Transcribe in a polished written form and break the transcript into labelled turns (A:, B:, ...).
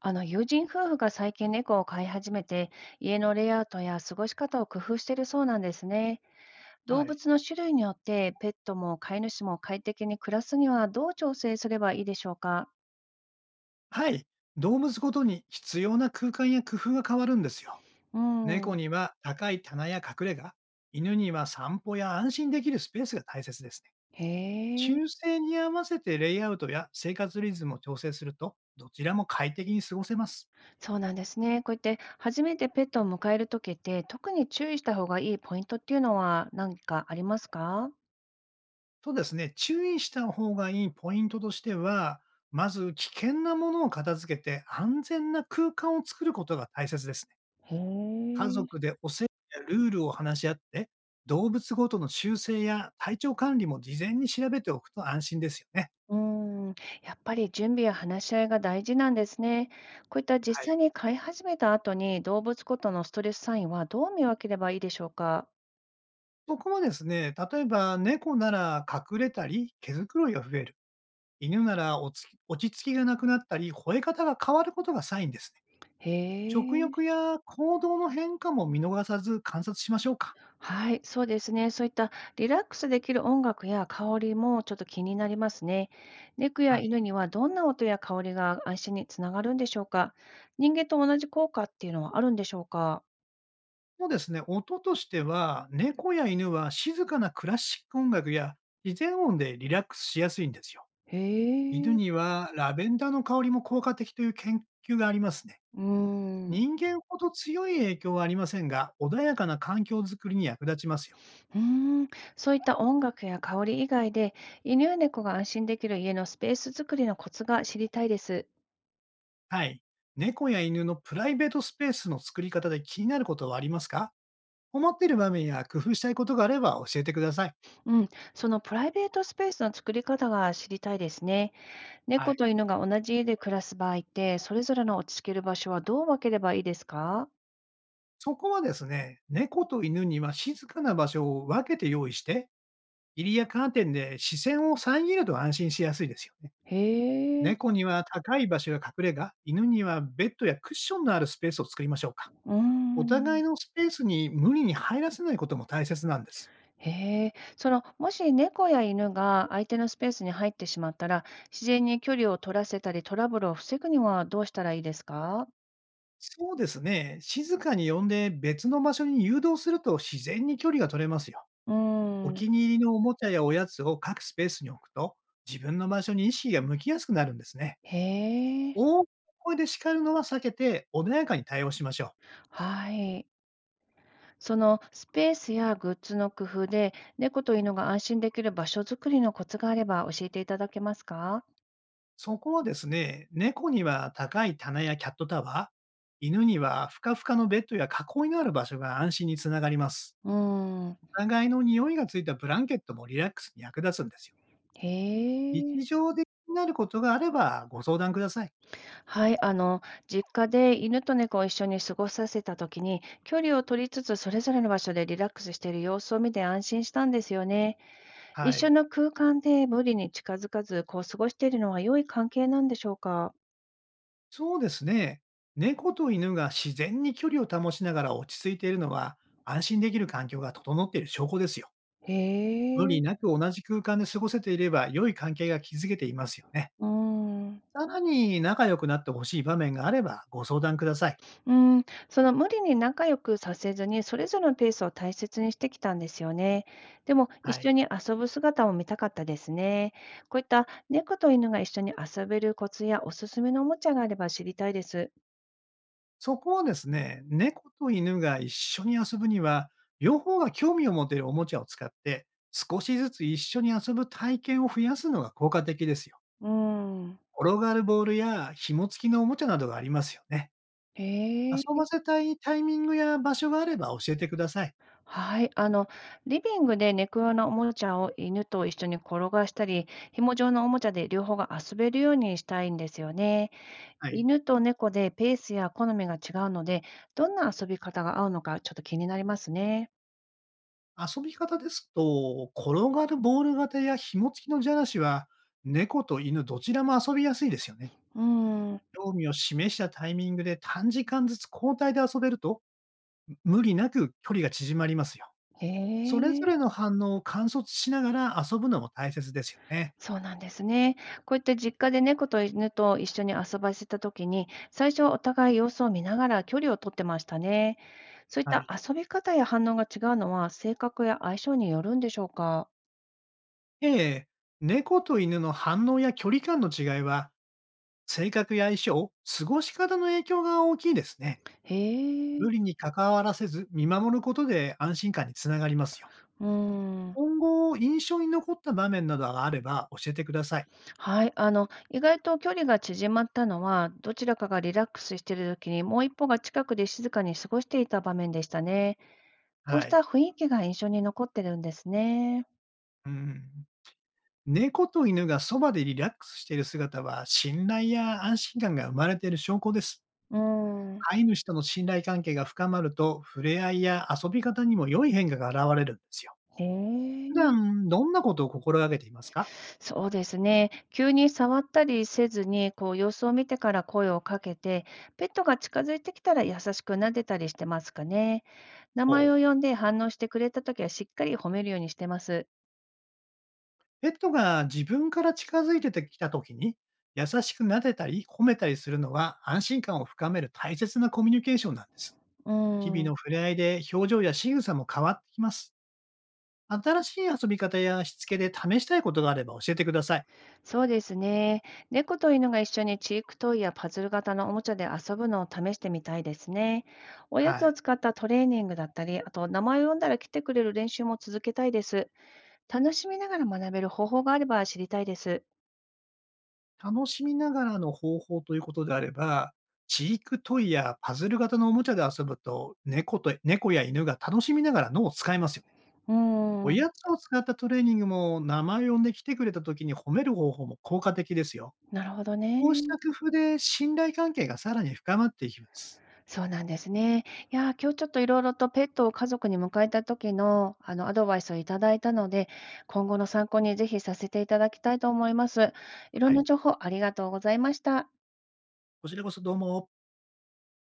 A: あの友人夫婦が最近猫を飼い始めて、家のレイアウトや過ごし方を工夫しているそうなんですね。動
B: はい。
A: 物の種類によって、ペットも飼い主も快適に暮らすにはどう調整すればいいでしょうか。
B: はい。動物ごとに必要な空間や工夫が変わるんですよ。
A: う
B: 猫
A: ん。
B: には高い棚や隠れ家、犬には散歩や安心できるスペースが大切ですね。
A: へえ、
B: 習性に合わせてレイアウトや生活リズムを調整すると、どちらも快適に過ごせます。
A: そうなんですね。こうやって初めてペットを迎えるときって、特に注意した方がいいポイントっていうのは何かありますか？
B: とですね、注意した方がいいポイントとしては、まず危険なものを片付けて安全な空間を作ることが大切ですね。
A: へ
B: 家
A: え。
B: 族でお世話やルールを話し合って、動物ごとの習性や体調管理も事前に調べておくと安心ですよね。
A: うーん、やっぱり準備や話し合いが大事なんですね。こういった
B: は
A: 実
B: い。
A: 際に飼い始めた後に動物ごとのストレスサインはどう見分ければいいでしょうか？
B: 僕もですね、例えば猫なら隠れたり、毛づくろいが増える。犬なら落ち着きがなくなったり、吠え方が変わることがサインですね。
A: へ
B: 食
A: え。
B: 欲や行動の変化も見逃さず観察しましょうか。
A: はい、そうですね。そういったリラックスできる音楽や香りもちょっと気になりますね。猫
B: は
A: や
B: い。
A: 犬にはどんな音や香りが安心につながるんでしょうか？人間と同じ効果っていうのはあるんでしょうか？
B: そうですね、音としては、猫や犬は静かなクラシック音楽や自然音でリラックスしやすいんですよ。
A: へ
B: 犬
A: え。
B: にはラベンダーの香りも効果的という研究がありますね。
A: うーん。
B: 人間ほど強い影響はありませんが、穏やかな環境づくりに役立ちますよ。
A: うーん、そういった音楽や香り以外で、犬や猫が安心できる家のスペース作りのコツが知りたいです。
B: はい。猫や犬のプライベートスペースの作り方で気になることはありますか？思っている場面や工夫したいことがあれば教えてください。
A: うん、そのプライベートスペースの作り方が知りたいですね。
B: は
A: 猫
B: い。
A: と犬が同じ家で暮らす場合って、それぞれの落ち着ける場所はどう分ければいいですか？
B: そこはですね、猫と犬には静かな場所を分けて用意して、入りやカーテンで視線を遮ると安心しやすいですよね。
A: へえ、
B: 猫には高い場所や隠れ家、犬にはベッドやクッションのあるスペースを作りましょうか。
A: うー
B: お
A: ん。
B: 互いのスペースに無理に入らせないことも大切なんです。
A: へえ、もし猫や犬が相手のスペースに入ってしまったら、自然に距離を取らせたり、トラブルを防ぐにはどうしたらいいですか？
B: そうですね。静かに呼んで別の場所に誘導すると自然に距離が取れますよ。
A: う
B: お
A: ーん。
B: 気に入りのおもちゃやおやつを各スペースに置くと、自分の場所に意識が向きやすくなるんですね。
A: へえ。
B: 大きな声で叱るのは避けて、穏やかに対応しましょう。
A: はい。そのスペースやグッズの工夫で、猫と犬が安心できる場所づくりのコツがあれば教えていただけますか？
B: そこはですね、猫には高い棚やキャットタワー、犬にはふかふかのベッドや囲いのある場所が安心につながります。
A: うーん。
B: お互いの匂いがついたブランケットもリラックスに役立つんですよ。
A: へえ。
B: 日常で気になることがあればご相談ください。
A: はい。実家で犬と猫を一緒に過ごさせたときに、距離を取りつつ、それぞれの場所でリラックスしている様子を見て安心したんですよね。一
B: は
A: 緒
B: い。
A: の空間で無理に近づかず、こう過ごしているのは良い関係なんでしょうか？
B: そうですね。猫と犬が自然に距離を保ちながら落ち着いているのは、安心できる環境が整っている証拠ですよ。
A: へ
B: 無理
A: え。
B: なく同じ空間で過ごせていれば、良い関係が築けていますよね。
A: うーん。
B: さらに仲良くなってほしい場面があればご相談ください。
A: うーん、その無理に仲良くさせずに、それぞれのペースを大切にしてきたんですよね。でも、
B: は
A: 一緒
B: い。
A: に遊ぶ姿も見たかったですね。こういった猫と犬が一緒に遊べるコツやおすすめのおもちゃがあれば知りたいです。
B: そこをですね、猫と犬が一緒に遊ぶには、両方が興味を持てるおもちゃを使って、少しずつ一緒に遊ぶ体験を増やすのが効果的ですよ。
A: うーん。
B: 転がるボールや紐付きのおもちゃなどがありますよね。
A: へ
B: 遊
A: え。
B: ばせたいタイミングや場所があれば教えてください。
A: はい。リビングで猫用のおもちゃを犬と一緒に転がしたり、紐状のおもちゃで両方が遊べるようにしたいんですよね。
B: はい。
A: 犬と猫でペースや好みが違うので、どんな遊び方が合うのかちょっと気になりますね。
B: 遊び方ですと、転がるボール型や紐付きのじゃらしは、猫と犬どちらも遊びやすいですよね。
A: うーん。
B: 興味を示したタイミングで短時間ずつ交代で遊べると、無理なく距離が縮まりますよ。
A: へ
B: それぞ
A: え、
B: れの反応を観察しながら遊ぶのも大切ですよね。
A: そうなんですね。こういった実家で猫と犬と一緒に遊ばせた時に、最初はお互い様子を見ながら距離を取ってましたね。そういっ
B: は
A: た
B: い。
A: 遊び方や反応が違うのは、性格や相性によるんでしょうか？
B: ええ、猫と犬の反応や距離感の違いは、性格や相性、過ごし方の影響が大きいですね。
A: へ
B: 無
A: え、
B: 理に関わらせず見守ることで安心感につながりますよ。
A: うーん。
B: 今後印象に残った場面などがあれば教えてください。
A: はい、意外と距離が縮まったのは、どちらかがリラックスしている時に、もう一方が近くで静かに過ごしていた場面でしたね。こ
B: は
A: うした
B: い。
A: 雰囲気が印象に残ってるんですね。
B: うん。猫と犬がそばでリラックスしている姿は、信頼や安心感が生まれている証拠です。
A: うーん。
B: 飼い主との信頼関係が深まると、触れ合いや遊び方にも良い変化が現れるんですよ。
A: へ
B: 普
A: え。
B: 段、どんなことを心がけていますか？
A: そうですね。急に触ったりせずに、こう様子を見てから声をかけて、ペットが近づいてきたら優しく撫でたりしてますかね。名
B: お
A: 前を呼んで反応してくれた時はしっかり褒めるようにしてます。
B: ペットが自分から近づいてきた時に、優しく撫でたり褒めたりするのは安心感を深める大切なコミュニケーションなんです。
A: う
B: 日
A: ー
B: 々の
A: ん。
B: 触れ合いで表情や仕草も変わってきます。新しい遊び方やしつけで試したいことがあれば教えてください。
A: そうですね。猫と犬が一緒にチークトイやパズル型のおもちゃで遊ぶのを試してみたいですね。おやつ
B: は
A: を
B: い。
A: 使ったトレーニングだったり、あと名前を呼んだら来てくれる練習も続けたいです。楽しみながら学べる方法があれば知りたいです。
B: 楽しみながらの方法ということであれば、知育トイやパズル型のおもちゃで遊ぶと、猫と猫や犬が楽しみながら脳を使いますよね。
A: う
B: お
A: ーん、
B: やつを使ったトレーニングも、名前を呼んで来てくれた時に褒める方法も効果的ですよ。
A: なるほどね。
B: こうした工夫で信頼関係がさらに深まっていきます。
A: そうなんですね。いやー、今日ちょっといろいろとペットを家族に迎えた時のあのアドバイスをいただいたので、今後の参考にぜひさせていただきたいと思います。いろ
B: は
A: んな
B: い。
A: 情報ありがとうございました。
B: こちらこそどうも。